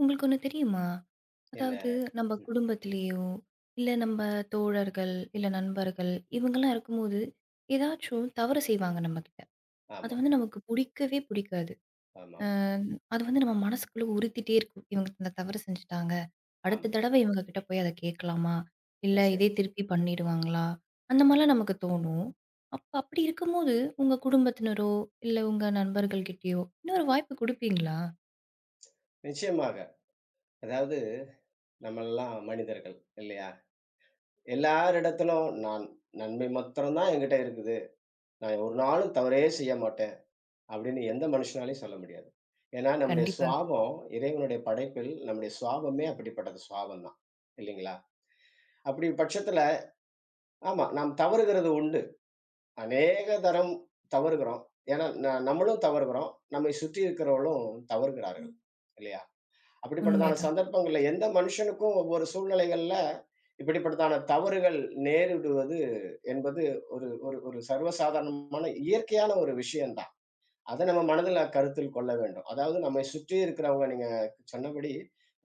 உங்களுக்கு ஒண்ணு தெரியுமா? என்ன அதாவது நம்ம ம். குடும்பத்திலேயோ, இல்ல நம்ம தோழர்கள், இல்ல நண்பர்கள் இவங்கலாம் இருக்கும்போது, ஏதாச்சும் தவறு செய்வாங்க நம்மகிட்ட. அது ஆமா, வந்து நமக்கு புடிக்கவே புடிக்காது. ஆமா, அ அது வந்து நம்ம மனசுக்குள்ள உறுத்திட்டே இருக்கும். இவங்க இந்த தவறு செஞ்சுட்டாங்க. ஆமா. அடுத்த தடவ இவங்க கிட்ட போய் அத கேட்கலாமா? இல்ல நிச்சயம். இதே திருப்பி பண்ணிடுவாங்களா? அந்த ஆமா. மாரிலாம் நமக்கு தோணும். அப்ப அப்படி இருக்கும்போது, உங்க குடும்பத்தினரோ, இல்ல உங்க நண்பர்கள் கிட்டயோ இன்னொரு வாய்ப்பு குடுப்பீங்களா? நிச்சயமாக. அதாவது நம்மல்லாம் மனிதர்கள் இல்லையா? எல்லாரிடத்திலும் நான் நன்மை மாத்திரம் தான் என்கிட்ட இருக்குது. நான் ஒரு நாளும் தவறே செய்ய மாட்டேன் அப்படின்னு எந்த மனுஷனாலயும் சொல்ல முடியாது. ஏன்னா நம்முடைய கண்டிப்பாக. சுவாபம் இறைவனுடைய படைப்பில் நம்முடைய சுவாபமே அப்படிப்பட்டது சுவாபம் தான். இல்லைங்களா? அப்படி பட்சத்துல ஆமா நாம் தவறுகிறது உண்டு. அநேக தரம் தவறுகிறோம். ஏன்னா நம்மளும் தவறுகிறோம். நம்மை சுற்றி இருக்கிறவர்களும் தவறுகிறார்கள். ம். இல்லையா? அப்படிப்பட்டதான உண்மைதான். சந்தர்ப்பங்கள்ல எந்த மனுஷனுக்கும் ஒவ்வொரு சூழ்நிலைகள்ல இப்படிப்பட்டதான தவறுகள் நேரிடுவது என்பது ஒரு ஒரு ஒரு சர்வசாதாரணமான இயற்கையான ஒரு விஷயம். அத நம்ம மனதில கருத்தில் கொள்ள வேண்டும். அதாவது நம்மை சுற்றி இருக்கிறவங்க நீங்க சொன்னபடி,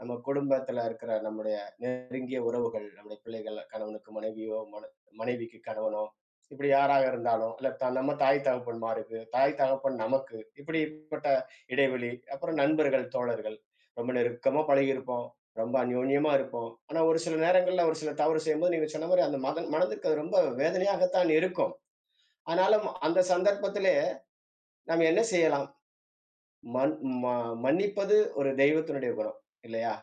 நம்ம குடும்பத்தில இருக்கிற நம்முடைய நெருங்கிய உறவுகள், நம்முடைய பிள்ளைகள், கணவனுக்கு மனைவியோ, மனைவிக்கு கணவனோ, இப்படி யாராக இருந்தாலும், இல்ல நம்ம தாய் தகப்பன்மாருக்கு, தாய் தகப்பன் நமக்கு, இப்படிப்பட்ட இடைவெளி, அப்புறம் நண்பர்கள், தோழர்கள். ரொம்ப நெருக்கமா பழகியிருப்போம். ரொம்ப அந்யோன்யமா இருப்போம். ஆனா, ஒரு சில நேரங்கள்ல ஒரு சில தவறு செய்யும்போது நீங்க சொன்ன மாரி அந்த மதன் மனதிற்கு அது ரொம்ப வேதனையாகத்தான் இருக்கும். ஆனாலும் அந்த சந்தர்ப்பத்திலே, நாம் என்ன செய்யலாம்? மன் ம மன்னிப்பது ஒரு தெய்வத்தினுடைய குணம் இல்லையா?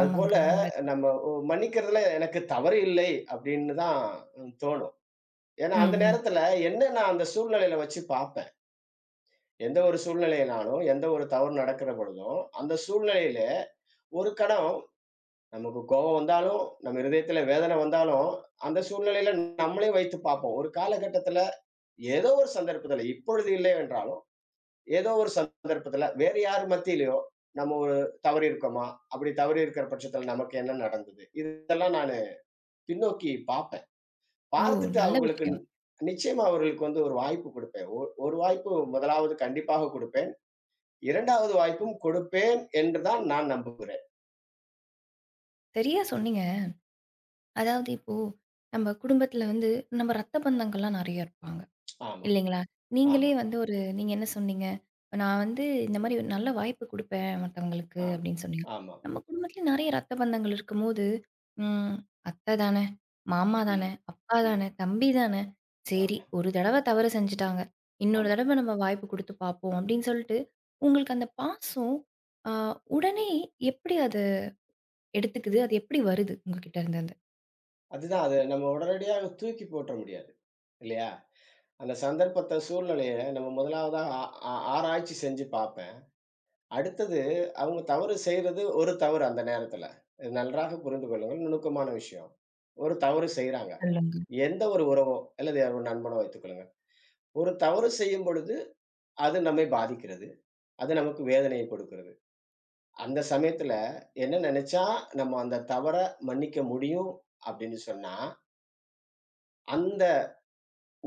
ஆமாங்க. உண்மைதான். நம்ம மன்னிக்கிறதுல எனக்கு தவறு இல்லை அப்படின்னு தான் தோணும். ஏன்னா, ம், அந்த ம். நேரத்துல என்ன நான் அந்த சூழ்நிலையில வச்சு பார்ப்பேன். எந்த ஒரு சூழ்நிலையினாலும், எந்த ஒரு தவறு நடக்கிற பொழுதும், அந்த சூழ்நிலையில ஒரு கணம் நமக்கு கோபம் வந்தாலும், நம்ம இருதயத்துல வேதனை வந்தாலும், அந்த சூழ்நிலையில நம்மளே வைத்து பார்ப்போம். ஒரு காலகட்டத்துல ஏதோ ஒரு சந்தர்ப்பத்துல, இப்பொழுது இல்லை என்றாலும் ஏதோ ஒரு சந்தர்ப்பத்துல வேற யார் மத்தியிலயோ நம்ம ஒரு தவறி இருக்கோமா? அப்படி தவறி இருக்கிற பட்சத்துல நமக்கு என்ன நடந்தது? இதெல்லாம் நானு பின்னோக்கி பார்ப்பேன். ஓ! பார்த்துட்டு நல்ல அவங்களுக்கு விஷயம். நிச்சயமா அவர்களுக்கு வந்து ஒரு வாய்ப்பு குடுப்பேன். ஒரு வாய்ப்பு முதலாவது கண்டிப்பாக குடுப்பேன். 2வது வாய்ப்பும் கொடுப்பேன் என்று தான் நான் நம்புகிறேன். சரியா சொன்னீங்க. அதாவது இப்போ, நம்ம குடும்பத்தில வந்து நம்ம ரத்த பந்தங்கள்லாம் நெறைய இருப்பாங்க. ஆமா, இல்லைங்களா? நீங்களே ஆமா, வந்து ஒரு நீங்க என்ன சொன்னீங்க? நான் வந்து இந்த மாரி ஒரு நல்ல வாய்ப்பு குடுப்பேன் மத்தவங்களுக்கு ஆமா, அப்படின்னு சொன்னீங்க. ஆமா. நம்ம குடும்பத்தில நெறைய ரத்த பந்தங்கள் இருக்கும்போது, ம் அத்தை தானே, மாமா ம், தானே, அப்பா ம். தானே, தம்பி தானே, சரி ஆமா, ஒரு தடவ தவறு செஞ்சுட்டாங்க. இன்னொரு ஆமா. தடவ நம்ம வாய்ப்பு குடுத்து பார்ப்போம் அப்படின்னு சொல்லிட்டு, உங்களுக்கு அந்த பாசம் அ உடனே எப்படி அத எடுத்துக்குது? அது எப்படி வருது உங்ககிட்ட இருந்து அது? அதுதான், அது நம்ம உடனடியாக தூக்கி போட்டுற முடியாது. இல்லையா? அந்த சந்தர்ப்பத்த, சூழ்நிலைய நம்ம முதலாவதா ஆ ஆ ஆராய்ச்சி செஞ்சு பார்ப்பேன். அடுத்தது, அவங்க தவறு செய்றது ஒரு தவறு அந்த நேரத்துல. இது நன்றாக புரிந்து கொள்ளுங்கள். நுணுக்கமான விஷயம். ஒரு தவறு செய்றாங்க. சொல்லுங்க. எந்த ஒரு உறவோ, அல்லது ஒரு நண்பனோ வைத்துக்கொள்ளுங்க. ஒரு தவறு செய்யும் பொழுது, அது நம்மை பாதிக்கிறது. அது நமக்கு வேதனையை கொடுக்கிறது. அந்த சமயத்துல என்ன நெனச்சா, நம்ம அந்த தவற மன்னிக்க முடியும் அப்படின்னு சொன்னா, அந்த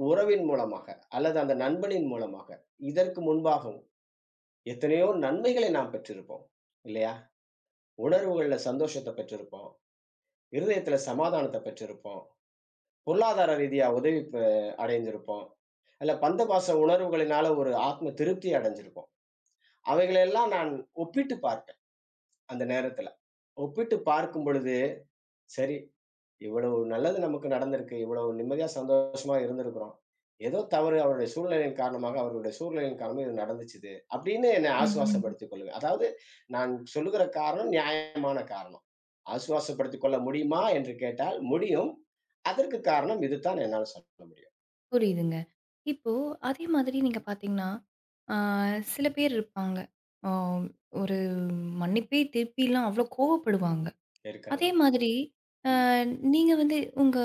உறவின் மூலமாக, அல்லது அந்த நண்பனின் மூலமாக, இதற்கு முன்பாகவும் எத்தனையோ நன்மைகளை நாம் பெற்றிருப்போம். இல்லையா? உணர்வுகள்ல சந்தோஷத்த பெற்றிருப்போம். இருதயத்துல சமாதானத்த பெற்றிருப்போம். பொருளாதார ரீதியா உதவி பெ அடைந்திருப்போம். அல்ல பந்தபாச உணர்வுகளினால ஒரு ஆத்ம திருப்தி அடைஞ்சிருப்போம். அவைகளெல்லாம் நான் ஒப்பிட்டு பார்த்தேன், அந்த நேரத்துல. ஒப்பிட்டு பார்க்கும் பொழுது சரி. இவ்வளவு நல்லது நமக்கு நடந்திருக்கு. இவ்வளவு நிம்மதியா, சந்தோஷமா இருந்திருக்கிறோம். ஏதோ தவறு அவருடைய சூழ்நிலையின் காரணமாக, அவர்களுடைய சூழ்நிலையின் காரணமா இது நடந்துச்சு இது. அப்படின்னு என்னை ம். ம். ஆசுவாசப்படுத்திக் கொள்ளுங்க. அதாவது நான் சொல்லுகிற காரணம் நியாயமான காரணம். ஆசுவாசப்படுத்திக் கொள்ள முடியுமா என்று கேட்டால் முடியும். அதற்கு காரணம் இதுதான் என்னால சொல்ல முடியும். புரியுதுங்க. இப்போ அதே மாதிரி நீங்க பார்த்தீங்கன்னா, ஆ சில பேர் இருப்பாங்க. ஆ ஒரு மன்னிப்பே திருப்பிலாம் அவ்ளோ கோவப்படுவாங்க. இருக்காங்க. அதே மாதிரி அ ம். நீங்க வந்து உங்க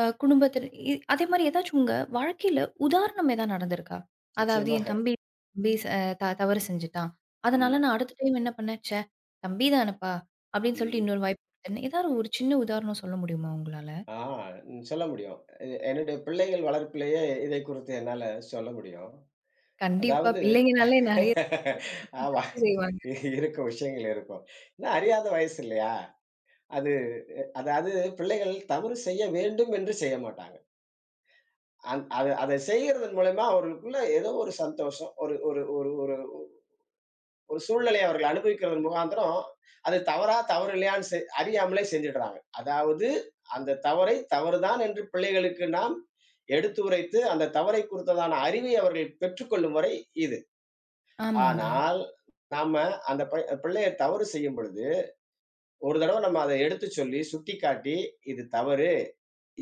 குடும்பத்தில அதே மாரி ஏதாச்சும் உங்க வாழ்க்கையில உதாரணம் எதா நடந்திருக்கா? அதாவது நிச்சயமாக. என் தம்பி தம்பி ச த தவறு செஞ்சுட்டான். அதனால ம். நான் அடுத்த டைம் என்ன பண்ணேன், "ச்சே! தம்பி தானப்பா" அப்படின்னு சொல்லிட்டு ம். இன்னொரு வாய்ப்பு குடுத்தேன்னு ஏதாவது ஒரு சின்ன உதாரணம் சொல்ல முடியுமா உங்களால? ஆ ம், சொல்ல முடியும். என்னுடைய பிள்ளைகள் வளர்ப்பிலேயே இதை குறித்து என்னால சொல்ல முடியும். கண்டிப்பா. அதாவது பிள்ளைங்கனாலே நெறைய குட்டி, குட்டி ஆமா. தப்பு செய்வாங்க. இருக்கும் விஷயங்கள் இருக்கும். ஏன்னா அறியாத வயசு இல்லையா? அது, அதாவது பிள்ளைகள் தவறு செய்ய வேண்டும் என்று செய்ய மாட்டாங்க. அது அதை செய்கிறதன் மூலமா அவர்களுக்குள்ள ஏதோ ஒரு சந்தோஷம். ஒரு ஒரு ஒரு ஒரு ஒரு சூழ்நிலையை அவர்கள் அனுபவிக்கிறதன் முகாந்திரம், அது தவறா, தவறு இல்லையான்னு அறியாமலே செஞ்சுடுறாங்க. அதாவது அந்த தவறை தவறுதான் என்று பிள்ளைகளுக்கு நாம் எடுத்துரைத்து, அந்த தவறை குறித்ததான அறிவை அவர்கள் பெற்றுக்கொள்ளும் வரை இது. ஆமாங்க. ஆனால், நாம அந்த பிள்ளைய தவறு செய்யும் பொழுது, ஒரு தடவ நம்ம அத எடுத்துச் சொல்லி, சுட்டிக்காட்டி, "இது தவறு.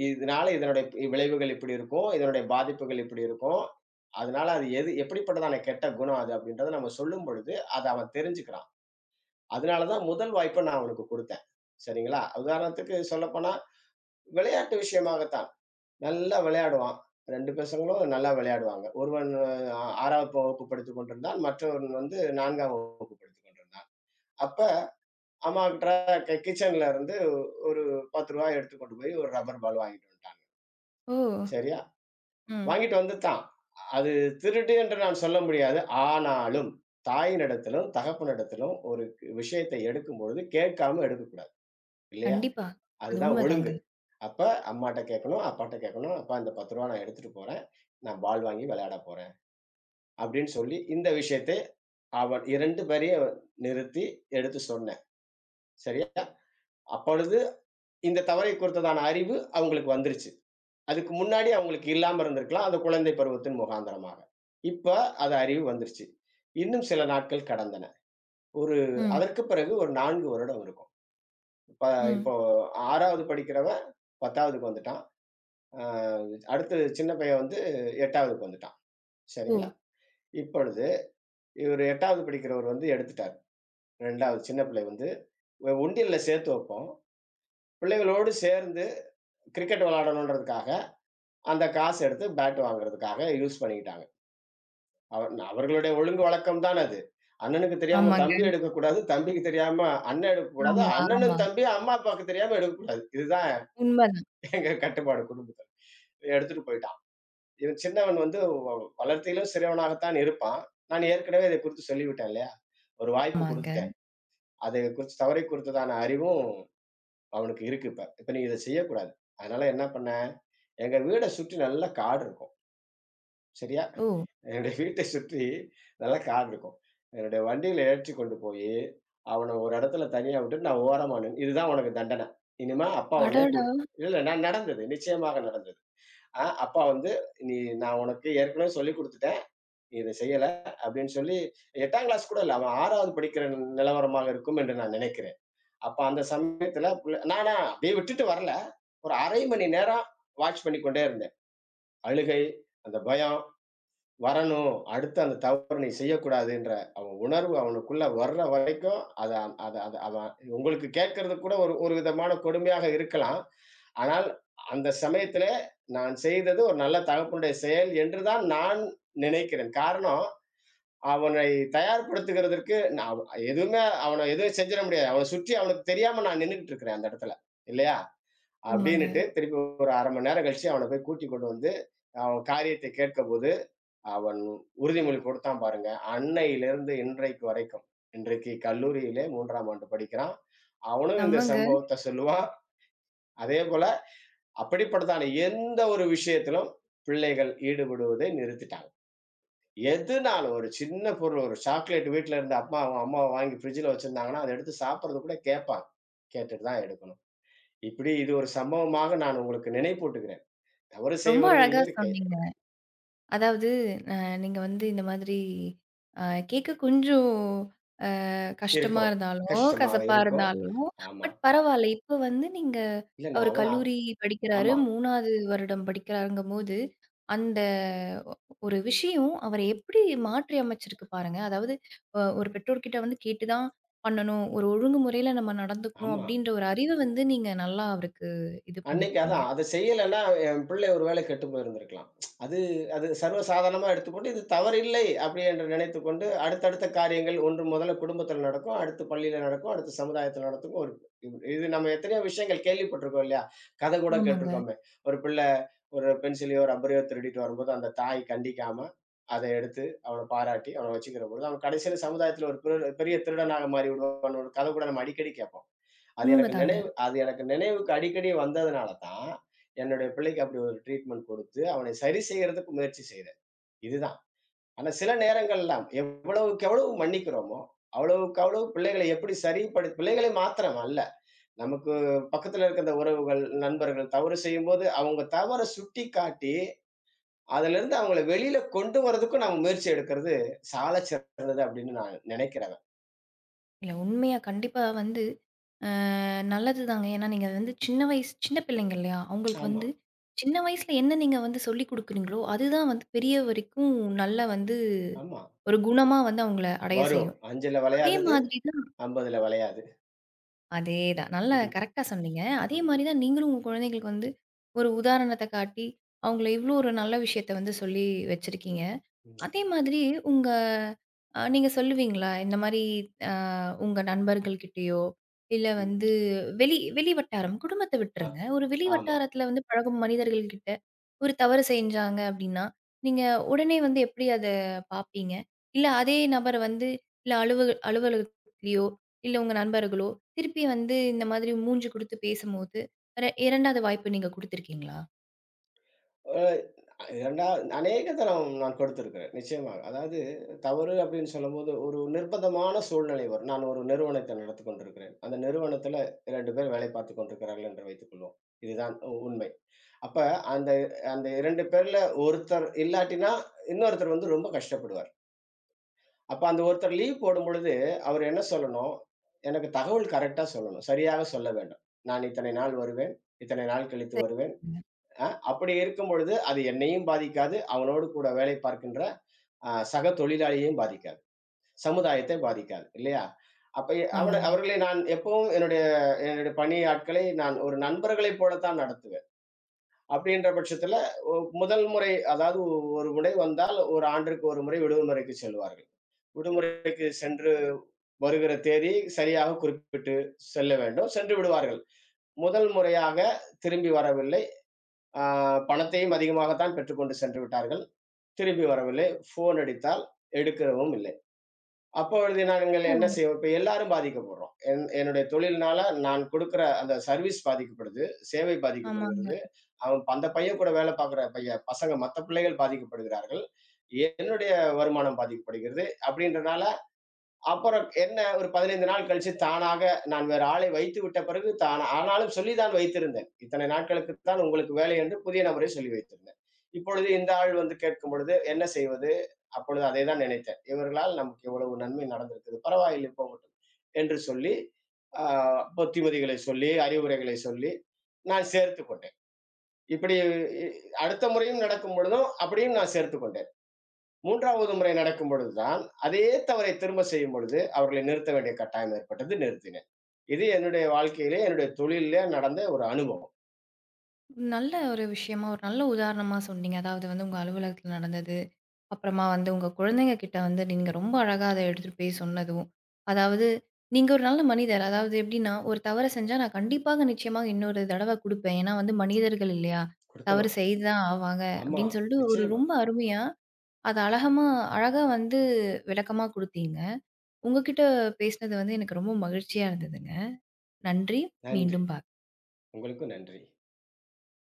இதனால இதனுடைய விளைவுகள் இப்படி இருக்கும். இதனுடைய பாதிப்புகள் இப்படி இருக்கும். அதனால அது எது எப்படிப்பட்டதான கெட்ட குணம் அது" அப்படின்றத நம்ம சொல்லும் பொழுது, அத அவன் தெரிஞ்சுக்கிறான். அதனால தான் முதல் வாய்ப்ப நான் அவனுக்கு குடுத்தேன். சரிங்களா? உதாரணத்துக்கு சொல்லப்போனா, விளையாட்டு விஷயமாகத்தான். நல்லா விளையாடுவான். 2 பசங்களும் நல்லா விளையாடுவாங்க. ஒருவன் அ 6வது வகுப்பு படித்துக் கொண்டிருந்தான். மற்றவன் வந்து 4ஆம் வகுப்பு படித்துக் கொண்டிருந்தான். அப்ப அம்மாவுக்கு கிச்சன்ல இருந்து ஒரு ரூ. 10 எடுத்து கொண்டு போய் ஒரு ரப்பர் பால் வாங்கிட்டு வந்துட்டாங்க. ஓ! சரியா? ம். வாங்கிட்டு வந்துட்டான். அது திருட்டு என்று நான் சொல்ல முடியாது. ஆனாலும், தாயினிடத்திலும், தகப்பனிடத்திலும் ஒரு விஷயத்தை எடுக்கும்பொழுது கேட்காம எடுக்கக்கூடாது. இல்லையா? கண்டிப்பா. அது அதுதான் உண்மதாங்க. ஒழுங்கு. அப்ப அம்மாட்ட கேட்கணும், அப்பாட்ட கேட்கணும். "அப்பா இந்த ரூ. 10 நான் எடுத்துட்டு போறேன். நான் பால் வாங்கி விளையாட போறேன்." அப்படின்னு சொல்லி இந்த விஷயத்தை அவன் 2 பேரையும் நிறுத்தி எடுத்து சொன்னேன். சரியா? அப்பொழுது இந்த தவறை குறித்ததான அறிவு அவங்களுக்கு வந்துருச்சு. அதுக்கு முன்னாடி அவங்களுக்கு இல்லாம இருந்திருக்கலாம். அது குழந்தை பருவத்தின் முகாந்திரமாக. இப்ப அது அறிவு வந்துருச்சு. இன்னும் சில நாட்கள் கடந்தன. ஒரு ம், அதற்கு பிறகு ஒரு 4 வருடம் இருக்கும். இப்ப இப்போ ம். 6வது படிக்கிறவன் 10வதுக்கு வந்துட்டான். அ அடுத்து சின்ன பையன் வந்து 8வதுக்கு வந்துட்டான். ஓ! சரிங்களா? இப்பொழுது இவரு 8வது படிக்கிறவர் வந்து எடுத்துட்டாரு. 2வது சின்ன பிள்ளை வந்து ஒன்றியல்ல சேர்த்து வைப்போம். பிள்ளைகளோடு சேர்ந்து கிரிக்கெட் விளையாடணுன்றதுக்காக அந்த காசு எடுத்து பேட் வாங்குறதுக்காக யூஸ் பண்ணிக்கிட்டாங்க. அவர் அவர்களுடைய ஒழுங்கு வழக்கம் தான் அது. அண்ணனுக்கு தெரியாம தம்பி ஆமாங்க. எடுக்கக்கூடாது. தம்பிக்கு தெரியாம அண்ணன் எடுக்கக்கூடாது. ஆமா, ஆமா. அண்ணனும், தம்பியும் அம்மா, அப்பாவுக்கு தெரியாம எடுக்கக்கூடாது. இதுதான் உண்மதான். எங்க கட்டுப்பாடு குடும்பத்துல. எடுத்துட்டு போயிட்டான். இவன் சின்னவன் வந்து வ வளர்த்தியிலும் சிறுவனாகத்தான் இருப்பான். நான் ஏற்கனவே இத குறித்து சொல்லிவிட்டேன் இல்லையா? ஒரு வாய்ப்பு ஆமாங்க. குடுத்துட்டேன். அதை குறித்து தவறை குறித்ததான அறிவும் அவனுக்கு இருக்கு இப்ப. இப்ப நீ இத செய்யக்கூடாது. அதனால என்ன பண்ணேன், எங்க வீட சுற்றி நல்லா காடு இருக்கும். சரியா? ஓ! என்னுடைய வீட்டை சுற்றி நல்லா கார் இருக்கும். என்னுடைய வண்டியில ஏற்றிக் கொண்டு போயி, அவன ஒரு இடத்துல தனியா விட்டுட்டு நான் ஓரமா நின்னு "இதுதான் உனக்கு தண்டனை. இனிமே அப்பா உன்னைய அடடா! கூட்" இல்ல, இல்ல நான் நடந்தது. நிச்சயமாக நடந்தது. அப்பா வந்து "நீ நான் உனக்கு ஏற்கனவே சொல்லிக் குடுத்துட்டேன். நீ இத செய்யல" அப்படின்னு சொல்லி 8ஆம் கிளாஸ் கூட இல்ல. அவன் 6வது படிக்கிற நிலவரமாக இருக்கும் என்று நான் நினைக்கிறேன். அப்ப அந்த சமயத்துல புள்ள நானா அப்படியே விட்டுட்டு வரல. ஒரு 1/2 மணி நேரம் வாட்ச் பண்ணிக்கொண்டே இருந்தேன். அழுகை, அந்த பயம், வரணும். அடுத்து அந்த தவறு நீ செய்யக்கூடாதுன்ற, அவன் உணர்வு அவனுக்குள்ள வர்ற வரைக்கும், அத அத அத அவன் உங்களுக்கு கேட்கறது கூட ஒரு ஒரு விதமான கொடுமையாக இருக்கலாம். ஆனால் அந்த சமயத்திலே நான் செய்தது ஒரு நல்ல தகப்பனுடைய செயல் என்று தான் நான் நினைக்கிறேன். காரணம், அவனை தயார்படுத்துகிறதற்கு நான் எதுவுமே அவன எதுவும் செஞ்சிட முடியாது. அவன சுற்றி அவனுக்கு தெரியாம நான் நின்னுகிட்டு இருக்கிறேன் அந்த இடத்துல. இல்லையா? ஆமாங்க. அப்படின்னுட்டு திருப்பி ஒரு 1/2 மணி நேரம் கழிச்சு அவன போய் கூட்டிக் கொண்டு வந்து, அவன் காரியத்தை கேட்கபோது அவன் உறுதிமொழி கொடுத்தான் பாருங்க. அன்னையிலிருந்து இன்றைக்கு வரைக்கும். இன்றைக்கு கல்லூரியிலே 3ஆம் ஆண்டு படிக்கிறான். அவனும் இந்த செம்மங்க. சம்பவத்த சொல்லுவான். அதேபோல அப்படிப்பட்டதான எந்த ஒரு விஷயத்திலும் பிள்ளைகள் ஈடுபடுவதை நிறுத்திட்டாங்க. எதுனாலும் ஒரு சின்ன பொருள் ஒரு சாக்லேட் வீட்ல இருந்து அப்பா அவங்க அம்மா வாங்கி ஃப்ரிட்ஜ்ல வச்சிருந்தாங்கன்னா, அத எடுத்து சாப்பிடுறது கூட கேட்பாங்க. கேட்டுட்டு தான் எடுக்கணும். இப்படி இது ஒரு சம்பவமாக நான் உங்களுக்கு நினைப்பூட்டுகிறேன். தவறு ரொம்ப செய்வது அழகா இயற்கை. சொன்னீங்க. அதாவது அ நீங்க வந்து இந்த மாதிரி அ கேட்க கொஞ்சம் கஷ்டமா இருக்கும். இருந்தாலும், கஷ்டமாக கசப்பா இருக்கும். இருந்தாலும், ஆமா. பட் பரவால்ல. இப்ப வந்து நீங்க இல்ல நான் அவரு அவன கல்லூரி படிக்கிறாரு. ஆமா. 3வது வருடம் படிக்கிறாருங்கும்போது, அந்த ஒ ஒரு விஷயம் அவர எப்படி மாற்றி அமைச்சிருக்கு பாருங்க. அதாவது ஒரு பெற்றோர்கிட்ட வந்து கேட்டு தான் பண்ணணும். ஒரு ஒழுங்குமுறையில நம்ம நடந்துக்கணும் ஆமா. அப்டின்ற ஒரு அறிவ வந்து நீங்க நல்லா அவருக்கு இது அன்னைக்கு பண்ணியிருக்கீங்க. அதான். அத செய்யலன்னா, என் பிள்ளை ஒருவேளை கெட்டு போயிருந்திருக்கலாம். அது, அது சர்வசாதாரணமா எடுத்துக்கொண்டு, இது தவறில்லை அப்படி என்று நினைத்துக்கொண்டு, அடுத்தடுத்த காரியங்கள் ஒன்று முதல்ல குடும்பத்தில நடக்கும், அடுத்து பள்ளியில நடக்கும், அடுத்து சமுதாயத்தில நடக்கும். ஒரு இது இது நம்ம எத்தனையோ விஷயங்கள் கேள்விப்பட்டிருக்கோம் இல்லையா? கதை கூட ஆமாங்க. கேட்டிருக்கோமே. ஒரு பிள்ளை ஒரு பென்சிலையோ, ரப்பரையோ திருடிட்டு வரும்போது, அந்த தாய் கண்டிக்காம, அத எடுத்து அவன பாராட்டி, அவன வச்சுக்கிற பொழுது, அவன் கடைசியில சமுதாயத்தில ஒரு பெரிய திருடனாக மாறிவிடுவான்னு ஒரு கதை கூட நம்ம அடிக்கடி கேட்போம். உண்மதாங்க. அது எனக்கு நினைவுக்கு அடிக்கடி வந்ததுனால தான், என்னுடைய பிள்ளைக்கு அப்படி ஒரு ட்ரீட்மெண்ட் கொடுத்து, அவனை சரி செய்யறதுக்கு முயற்சி செய்தேன். இதுதான். ஆனா சில நேரங்கள்லாம் எவ்வளவுக்கு எவ்வளவு மன்னிக்கிறோமோ, அவ்வளவுக்கு அவ்வளவு பிள்ளைகளை எப்படி சரிப்படு பிள்ளைகளை மாத்திரம் அல்ல. நமக்கு பக்கத்துல இருக்கிற உறவுகள், நண்பர்கள் தவறு செய்யும்போது, அவங்க தவற சுட்டிக்காட்டி, அதிலிருந்து அவங்கள வெளியில கொண்டு வரதுக்கும் நம்ம முயற்சி எடுக்கிறது சாலச் சிறந்தது அப்படின்னு நான் நினைக்கிறவன். இல்ல உண்மையா கண்டிப்பா வந்து நல்லதுதாங்க. ஏன்னா நீங்க வந்து சின்ன வயசு சின்ன பிள்ளைங்க இல்லையா? அவங்களுக்கு ஆமா, வந்து சின்ன வயசுல என்ன நீங்க வந்து சொல்லிக் குடுக்குறீங்களோ, அதுதான் வந்து பெரிய வரைக்கும் நல்ல வந்து ஆமா. ஒரு குணமா வந்து அவங்கள அடைய வரும். செய்யும். 5ல அதே வளையாதது, மாதிரி தான் 50ல வளையாது. அதேதான். நல்லா கரெக்ட்டா சொன்னீங்க. அதே ம். மாரி தான் நீங்களும் உங்க குழந்தைகளுக்கு வந்து ஒரு உதாரணத்த காட்டி, அவங்கள இவ்ளோ ஒரு நல்ல விஷயத்த வந்து சொல்லி வச்சிருக்கீங்க. ம். அதே மாதிரி உங்க நீங்க சொல்லுவீங்களா? இந்த மாரி அ உங்க நண்பர்கள்கிட்டயோ, இல்ல ம். வந்து வெளி வெளி வட்டாரம் குடும்பத்த அ விட்டுருங்க. ஒரு வெளி ஆமா. வட்டாரத்துல வந்து பழகும் மனிதர்கள் கிட்ட ஒரு தவறு செஞ்சாங்க அப்டின்னா, நீங்க உடனே வந்து எப்டி அத பாப்பீங்க? இல்ல அதே நபர் வந்து இல்ல அலுவல் அலுவலகத்திலயோ, இல்ல உங்க நண்பர்களோ, திருப்பி வந்து இந்த மாதிரி மூஞ்சி குடுத்து பேசும்போது, 2வது வாய்ப்பு நீங்க குடுத்திருக்கீங்களா? அ 2வது அநேக தரம் நான் கொடுத்திருக்கிறேன். நிச்சயமாக. அதாவது தவறு அப்படின்னு சொல்லும்போது, ஒரு நிர்பந்தமான சூழ்நிலை வரும். நான் ஒரு நிறுவனத்தை நடத்திக் கொண்டிருக்கிறேன். அந்த நிறுவனத்தில 2 பேர் வேலை பார்த்துக் கொண்டிருக்கிறார்கள் என்று வைத்துக் கொள்வோம். இதுதான் உண்மை. அப்ப அந்த அந்த 2 பேர்ல ஒருத்தர் இல்லாட்டினா, இன்னொருத்தர் வந்து ரொம்ப கஷ்டப்படுவார். அப்ப அந்த ஒருத்தர் லீவ் போடும்பொழுது, அவர் என்ன சொல்லணும்? எனக்கு தகவல் கரெக்ட்டா சொல்லணும். சரியாக சொல்ல வேண்டும். நான் இத்தனை நாள் வருவேன். இத்தனை நாள் கழித்து வருவேன். சரிங்க. அப்படி இருக்கும் பொழுது, அது என்னையும் பாதிக்காது. அவனோடு கூட வேலை பார்க்கின்ற சக தொழிலாளியையும் பாதிக்காது. சமுதாயத்தை பாதிக்காது. இல்லையா? அப்ப அவன ஆமாங்க. அவர்களை நான் எப்பவும் என்னுடைய என்னுடைய பணி ஆட்களை நான் ஒரு நண்பர்களைப் போலத்தான் நடத்துவேன். அப்படின்ற பட்சத்தில முதல் முறை அதாவது ஒரு முறை வந்தால், 1 ஆண்டிற்கு 1 முறை விடுமுறைக்கு செல்வார்கள். விடுமுறைக்கு சென்று வருகிற தேதி சரியாக குறிப்பிட்டு செல்ல வேண்டும். சென்று விடுவார்கள். முதல் முறையாக திரும்பி வரவில்லை. ஆ பணத்தையும் அதிகமாக தான் பெற்றுக்கொண்டு சென்று விட்டார்கள். திருப்பி வரவில்லை. ஃபோன் அடித்தால் எடுக்கவும் இல்லை. அப்பொழுது நாங்கள் ஓ! என்ன செய்வோம்? இப்ப எல்லாரும் பாதிக்கப்படுறோம். என்னுடைய தொழில்னால நான் குடுக்குற அந்த சர்வீஸ் பாதிக்கப்படுது. சேவை ஆமாங்க. பாதிக்கப்படுகிறது. அவன் அந்த பையன் கூட வேலை பார்க்குற பையன் பசங்க மத்த பிள்ளைகள் பாதிக்கப்படுகிறார்கள். என்னுடைய வருமானம் பாதிக்கப்படுகிறது. அப்படின்றனால அப்புறம் என்ன ஒரு 15 நாள் கழிச்சு தானாக நான் வேறு ஆளை வைத்து விட்ட பிறகு தானா ஆனாலும் சொல்லி தான் வைத்திருந்தேன். இத்தனை நாட்களுக்கு தான் உங்களுக்கு வேலை என்று புதிய நபரை சொல்லி வைத்திருந்தேன். இப்பொழுது இந்த ஆள் வந்து கேட்கும் பொழுது என்ன செய்வது? அப்பொழுது அதை தான் நினைத்தேன். இவர்களால் நமக்கு இவ்வளவு நன்மை நடந்திருக்குது. பரவாயில்லை போகட்டும். என்று சொல்லி, ஆ புத்திமதிகளை சொல்லி, அறிவுரைகளை சொல்லி நான் சேர்த்துக் கொண்டேன். இப்படி இ அடுத்த முறையும் நடக்கும் பொழுதும் அப்படியும் நான் சேர்த்துக் கொண்டேன். 3வது முறை நடக்கும் பொழுது தான், அதே தவறை திரும்ப செய்யும் பொழுது, அவர்களை நிறுத்த வேண்டிய கட்டாயம் ஏற்பட்டது. நிறுத்தினேன். இது என்னுடைய வாழ்க்கையிலே, என்னுடைய தொழில்ல நடந்த ஒரு அனுபவம். நல்ல ஒரு விஷயமா, ஒரு நல்ல உதாரணமா சொன்னீங்க. அதாவது வந்து உங்க அலுவலகத்துல நடந்தது. அப்புறமா வந்து உங்க குழந்தைங்க கிட்ட வந்து நீங்க ரொம்ப அழகா அத எடுத்துட்டு போய் சொன்னதும். அதாவது நீங்க ஒரு நல்ல மனிதர். அதாவது எப்படின்னா, ஒரு தவற செஞ்சா நான் கண்டிப்பாக நிச்சயமா இன்னொரு தடவ குடுப்பேன். ஏன்னா வந்து மனிதர்கள் இல்லையா? தவறு குடுக்கணும். செய்து தான் ஆவாங்க. ஆமா, அப்படின்னு சொல்லிட்டு ஒரு நிச்சயமா. ரொம்ப அருமையா, அத அழகா வந்து விளக்கமா குடுத்தீங்க. உங்ககிட்ட பேசினது வந்து எனக்கு ரொம்ப மகிழ்ச்சியா இருந்ததுங்க. நன்றி. நன்றி. மீண்டும் உங்களுக்கும் நன்றி.